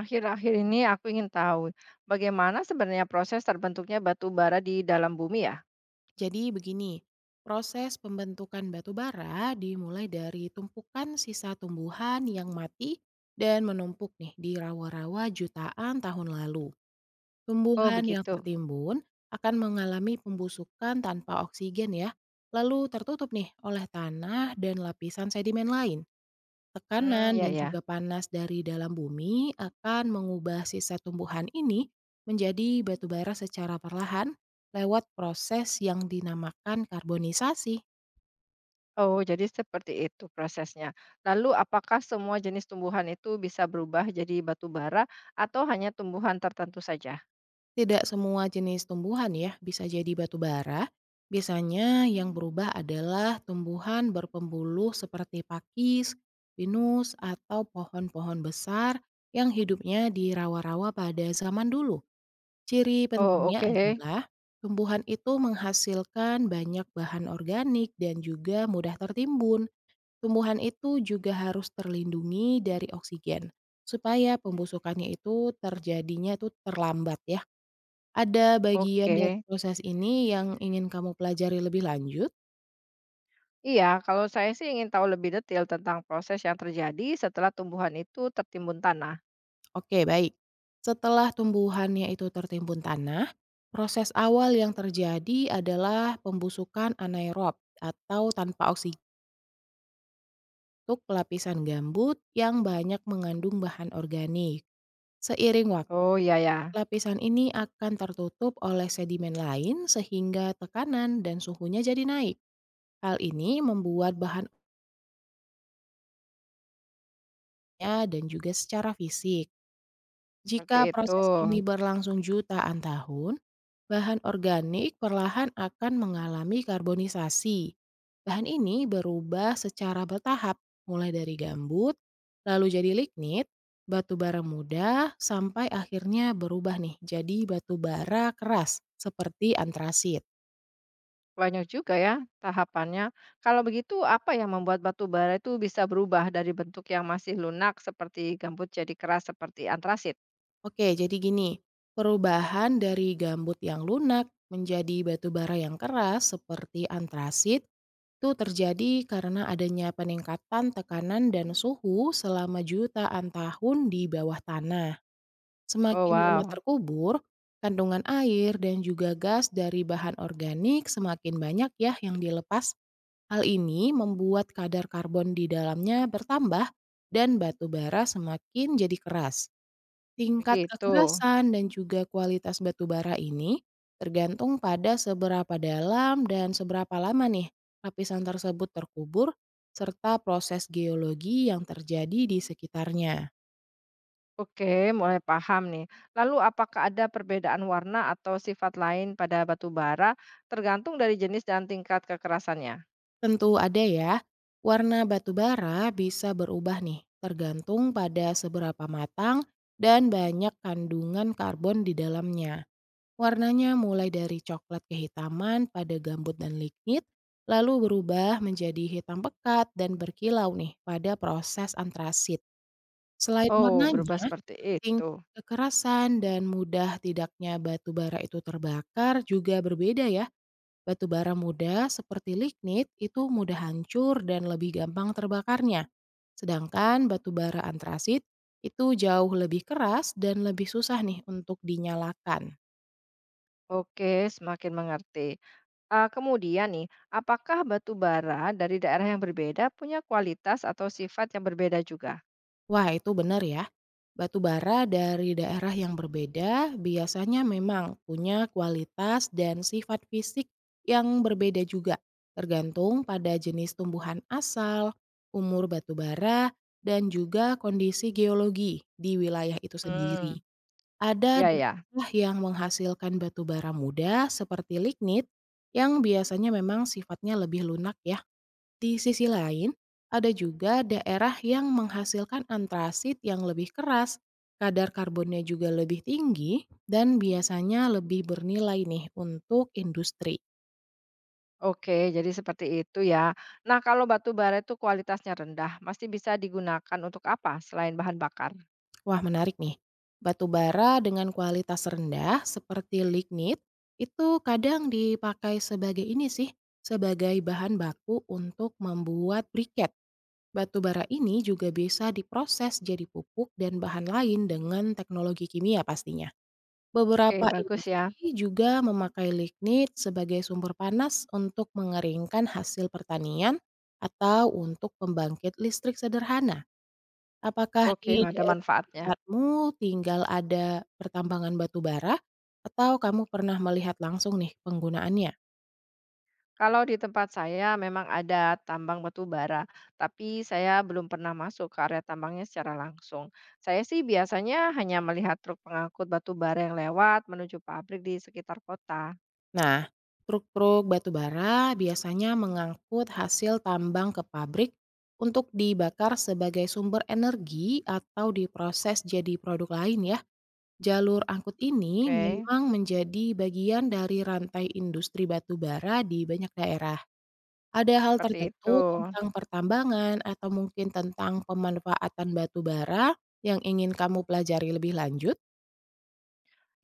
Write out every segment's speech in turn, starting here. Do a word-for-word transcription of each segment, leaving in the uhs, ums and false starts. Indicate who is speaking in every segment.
Speaker 1: Akhir-akhir ini aku ingin tahu, bagaimana sebenarnya proses terbentuknya batu bara di dalam bumi ya?
Speaker 2: Jadi begini, proses pembentukan batu bara dimulai dari tumpukan sisa tumbuhan yang mati dan menumpuk nih di rawa-rawa jutaan tahun lalu.
Speaker 1: Oh,
Speaker 2: Tumbuhan yang
Speaker 1: begitu.
Speaker 2: tertimbun akan mengalami pembusukan tanpa oksigen ya, lalu tertutup nih oleh tanah dan lapisan sedimen lain.
Speaker 1: Hmm,
Speaker 2: Tekanan
Speaker 1: ya
Speaker 2: dan
Speaker 1: ya.
Speaker 2: juga panas dari dalam bumi akan mengubah sisa tumbuhan ini menjadi batu bara secara perlahan lewat proses yang dinamakan karbonisasi.
Speaker 1: Oh, jadi seperti itu prosesnya. Lalu apakah semua jenis tumbuhan itu bisa berubah jadi batu bara atau hanya tumbuhan tertentu saja?
Speaker 2: Tidak semua jenis tumbuhan ya bisa jadi batu bara. Biasanya yang berubah adalah tumbuhan berpembuluh seperti pakis, pinus, atau pohon-pohon besar yang hidupnya di rawa-rawa pada zaman dulu. Ciri
Speaker 1: Oh,
Speaker 2: pentingnya
Speaker 1: oke.
Speaker 2: adalah tumbuhan itu menghasilkan banyak bahan organik dan juga mudah tertimbun. Tumbuhan itu juga harus terlindungi dari oksigen supaya pembusukannya itu terjadinya itu terlambat ya. Ada bagian dari
Speaker 1: Oke.
Speaker 2: proses ini yang ingin kamu pelajari lebih lanjut?
Speaker 1: Iya, kalau saya sih ingin tahu lebih detail tentang proses yang terjadi setelah tumbuhan itu tertimbun tanah.
Speaker 2: Oke, baik. Setelah tumbuhannya itu tertimbun tanah, proses awal yang terjadi adalah pembusukan anaerob atau tanpa oksigen, untuk lapisan gambut yang banyak mengandung bahan organik. Seiring waktu,
Speaker 1: Oh, ya ya.
Speaker 2: lapisan ini akan tertutup oleh sedimen lain sehingga tekanan dan suhunya jadi naik. Hal ini membuat bahannya dan juga secara fisik,
Speaker 1: Seperti
Speaker 2: jika
Speaker 1: itu.
Speaker 2: proses ini berlangsung jutaan tahun, bahan organik perlahan akan mengalami karbonisasi. Bahan ini berubah secara bertahap, mulai dari gambut, lalu jadi lignit, batu bara muda, sampai akhirnya berubah nih jadi batu bara keras seperti antrasit.
Speaker 1: Banyak juga ya tahapannya. Kalau begitu, apa yang membuat batu bara itu bisa berubah dari bentuk yang masih lunak seperti gambut jadi keras seperti antrasit?
Speaker 2: Oke, jadi gini, perubahan dari gambut yang lunak menjadi batu bara yang keras seperti antrasit itu terjadi karena adanya peningkatan tekanan dan suhu selama jutaan tahun di bawah tanah.
Speaker 1: Oh
Speaker 2: Semakin lama
Speaker 1: wow,
Speaker 2: terkubur, kandungan air dan juga gas dari bahan organik semakin banyak ya yang dilepas. Hal ini membuat kadar karbon di dalamnya bertambah dan batu bara semakin jadi keras. Tingkat
Speaker 1: begitu.
Speaker 2: kekerasan dan juga kualitas batu bara ini tergantung pada seberapa dalam dan seberapa lama nih lapisan tersebut terkubur serta proses geologi yang terjadi di sekitarnya.
Speaker 1: Oke, mulai paham nih. Lalu apakah ada perbedaan warna atau sifat lain pada batu bara tergantung dari jenis dan tingkat kekerasannya?
Speaker 2: Tentu ada ya, warna batu bara bisa berubah nih tergantung pada seberapa matang dan banyak kandungan karbon di dalamnya. Warnanya mulai dari coklat kehitaman pada gambut dan lignit, lalu berubah menjadi hitam pekat dan berkilau nih pada proses antrasit. Selain Hmm,
Speaker 1: Oh, berubah
Speaker 2: warnanya,
Speaker 1: seperti itu.
Speaker 2: tingkat kekerasan dan mudah tidaknya batu bara itu terbakar juga berbeda ya. Batu bara muda seperti lignit itu mudah hancur dan lebih gampang terbakarnya. Sedangkan batu bara antrasit itu jauh lebih keras dan lebih susah nih untuk dinyalakan.
Speaker 1: Oke, semakin mengerti. Eee, kemudian nih, apakah batu bara dari daerah yang berbeda punya kualitas atau sifat yang berbeda juga?
Speaker 2: Wah, itu benar ya. Batu bara dari daerah yang berbeda biasanya memang punya kualitas dan sifat fisik yang berbeda juga, tergantung pada jenis tumbuhan asal, umur batu bara, dan juga kondisi geologi di wilayah itu
Speaker 1: Hmm,
Speaker 2: sendiri. Ada
Speaker 1: ya ya?
Speaker 2: daerah yang menghasilkan batu bara muda seperti lignit yang biasanya memang sifatnya lebih lunak ya. Di sisi lain, ada juga daerah yang menghasilkan antrasit yang lebih keras, kadar karbonnya juga lebih tinggi, dan biasanya lebih bernilai nih untuk industri.
Speaker 1: Oke, jadi seperti itu ya. Nah, kalau batu bara itu kualitasnya rendah, masih bisa digunakan untuk apa selain bahan bakar?
Speaker 2: Wah, menarik nih, batu bara dengan kualitas rendah seperti lignit itu kadang dipakai sebagai ini sih, sebagai bahan baku untuk membuat briket. Batu bara ini juga bisa diproses jadi pupuk dan bahan lain dengan teknologi kimia pastinya.
Speaker 1: Oke,
Speaker 2: Beberapa
Speaker 1: bagus ya.
Speaker 2: industri juga memakai lignit sebagai sumber panas untuk mengeringkan hasil pertanian atau untuk pembangkit listrik sederhana. Apakah
Speaker 1: Oke,
Speaker 2: di
Speaker 1: ada
Speaker 2: daerah
Speaker 1: manfaatnya.
Speaker 2: tempatmu tinggal ada pertambangan batu bara atau kamu pernah melihat langsung nih penggunaannya?
Speaker 1: Kalau di tempat saya memang ada tambang batu bara, tapi saya belum pernah masuk ke area tambangnya secara langsung. Saya sih biasanya hanya melihat truk pengangkut batu bara yang lewat menuju pabrik di sekitar kota.
Speaker 2: Nah, truk-truk batu bara biasanya mengangkut hasil tambang ke pabrik untuk dibakar sebagai sumber energi atau diproses jadi produk lain ya. Jalur angkut ini
Speaker 1: Oke,
Speaker 2: memang menjadi bagian dari rantai industri batu bara di banyak daerah. Ada hal
Speaker 1: seperti itu.
Speaker 2: tertentu tentang pertambangan atau mungkin tentang pemanfaatan batu bara yang ingin kamu pelajari lebih lanjut?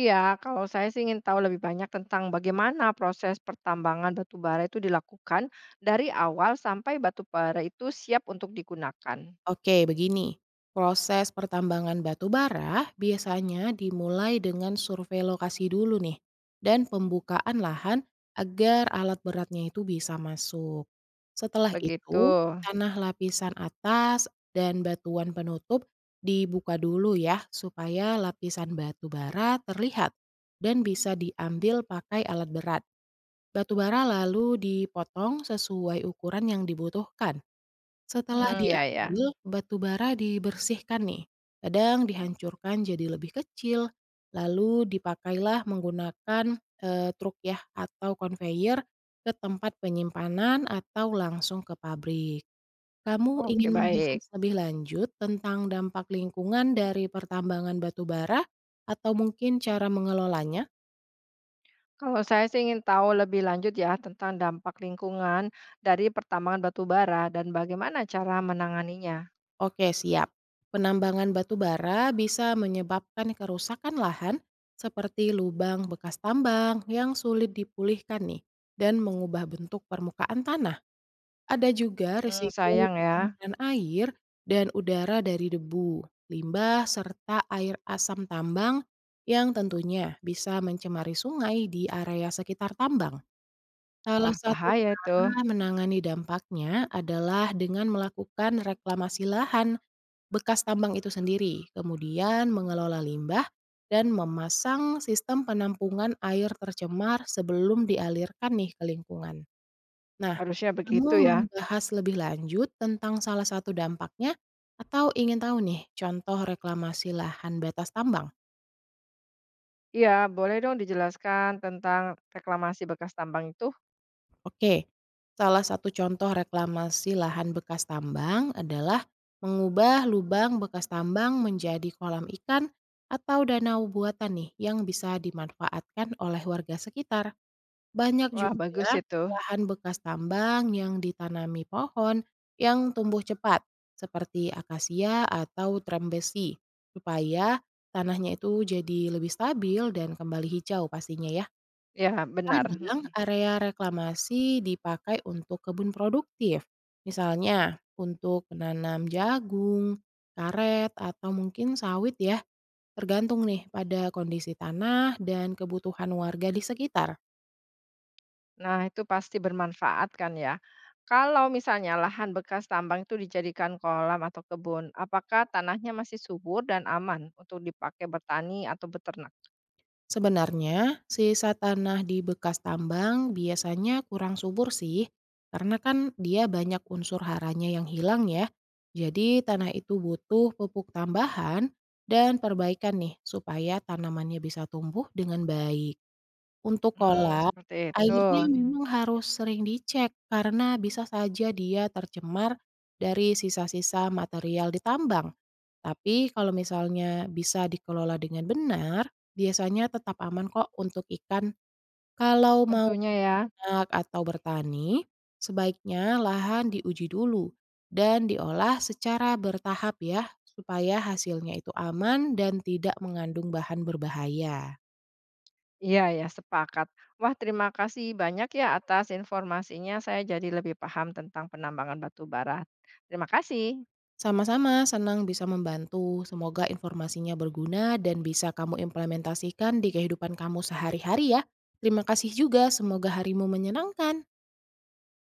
Speaker 1: Iya, kalau saya sih ingin tahu lebih banyak tentang bagaimana proses pertambangan batu bara itu dilakukan dari awal sampai batu bara itu siap untuk digunakan.
Speaker 2: Oke, begini. Proses pertambangan batu bara biasanya dimulai dengan survei lokasi dulu nih dan pembukaan lahan agar alat beratnya itu bisa masuk. Setelah
Speaker 1: Begitu.
Speaker 2: itu, tanah lapisan atas dan batuan penutup dibuka dulu ya supaya lapisan batu bara terlihat dan bisa diambil pakai alat berat. Batu bara lalu dipotong sesuai ukuran yang dibutuhkan. Setelah
Speaker 1: Hmm, ya ya.
Speaker 2: diambil, batu bara dibersihkan nih. Kadang dihancurkan jadi lebih kecil, lalu dipakailah menggunakan eh, truk ya atau conveyor ke tempat penyimpanan atau langsung ke pabrik. Kamu
Speaker 1: Oke,
Speaker 2: ingin
Speaker 1: baik.
Speaker 2: membahas lebih lanjut tentang dampak lingkungan dari pertambangan batu bara atau mungkin cara mengelolanya?
Speaker 1: Kalau saya sih ingin tahu lebih lanjut ya tentang dampak lingkungan dari pertambangan batu bara dan bagaimana cara menanganinya.
Speaker 2: Oke, siap. Penambangan batu bara bisa menyebabkan kerusakan lahan seperti lubang bekas tambang yang sulit dipulihkan nih dan mengubah bentuk permukaan tanah. Ada juga
Speaker 1: Hmm,
Speaker 2: risiko
Speaker 1: sayang ya.
Speaker 2: pencemaran air dan udara dari debu, limbah, serta air asam tambang yang tentunya bisa mencemari sungai di area sekitar tambang. Salah
Speaker 1: Wah,
Speaker 2: satu
Speaker 1: bahaya itu.
Speaker 2: cara menangani dampaknya adalah dengan melakukan reklamasi lahan bekas tambang itu sendiri, kemudian mengelola limbah dan memasang sistem penampungan air tercemar sebelum dialirkan nih ke lingkungan. Nah,
Speaker 1: Harusnya
Speaker 2: kamu
Speaker 1: begitu ya.
Speaker 2: mau bahas lebih lanjut tentang salah satu dampaknya atau ingin tahu nih contoh reklamasi lahan batas tambang?
Speaker 1: Iya, boleh dong dijelaskan tentang reklamasi bekas tambang itu.
Speaker 2: Oke, salah satu contoh reklamasi lahan bekas tambang adalah mengubah lubang bekas tambang menjadi kolam ikan atau danau buatan nih yang bisa dimanfaatkan oleh warga sekitar. Banyak
Speaker 1: Wah, bagus
Speaker 2: juga
Speaker 1: itu.
Speaker 2: lahan bekas tambang yang ditanami pohon yang tumbuh cepat seperti akasia atau trembesi supaya tanahnya itu jadi lebih stabil dan kembali hijau pastinya ya.
Speaker 1: Ya, benar.
Speaker 2: Kadang area reklamasi dipakai untuk kebun produktif, misalnya untuk menanam jagung, karet, atau mungkin sawit ya, tergantung nih pada kondisi tanah dan kebutuhan warga di sekitar.
Speaker 1: Nah, itu pasti bermanfaat kan ya. Kalau misalnya lahan bekas tambang itu dijadikan kolam atau kebun, apakah tanahnya masih subur dan aman untuk dipakai bertani atau beternak?
Speaker 2: Sebenarnya, sisa tanah di bekas tambang biasanya kurang subur sih, karena kan dia banyak unsur haranya yang hilang ya. Jadi tanah itu butuh pupuk tambahan dan perbaikan nih supaya tanamannya bisa tumbuh dengan baik. Untuk
Speaker 1: Hmm,
Speaker 2: kolam,
Speaker 1: seperti itu,
Speaker 2: airnya memang harus sering dicek karena bisa saja dia tercemar dari sisa-sisa material di tambang. Tapi kalau misalnya bisa dikelola dengan benar, biasanya tetap aman kok untuk ikan. Kalau mau
Speaker 1: tentunya ya.
Speaker 2: ternak atau bertani, sebaiknya lahan diuji dulu dan diolah secara bertahap ya, supaya hasilnya itu aman dan tidak mengandung bahan berbahaya.
Speaker 1: Iya ya, sepakat. Wah, terima kasih banyak ya atas informasinya, saya jadi lebih paham tentang penambangan batu bara. Terima kasih.
Speaker 2: Sama-sama, senang bisa membantu. Semoga informasinya berguna dan bisa kamu implementasikan di kehidupan kamu sehari-hari ya. Terima kasih juga, semoga harimu menyenangkan.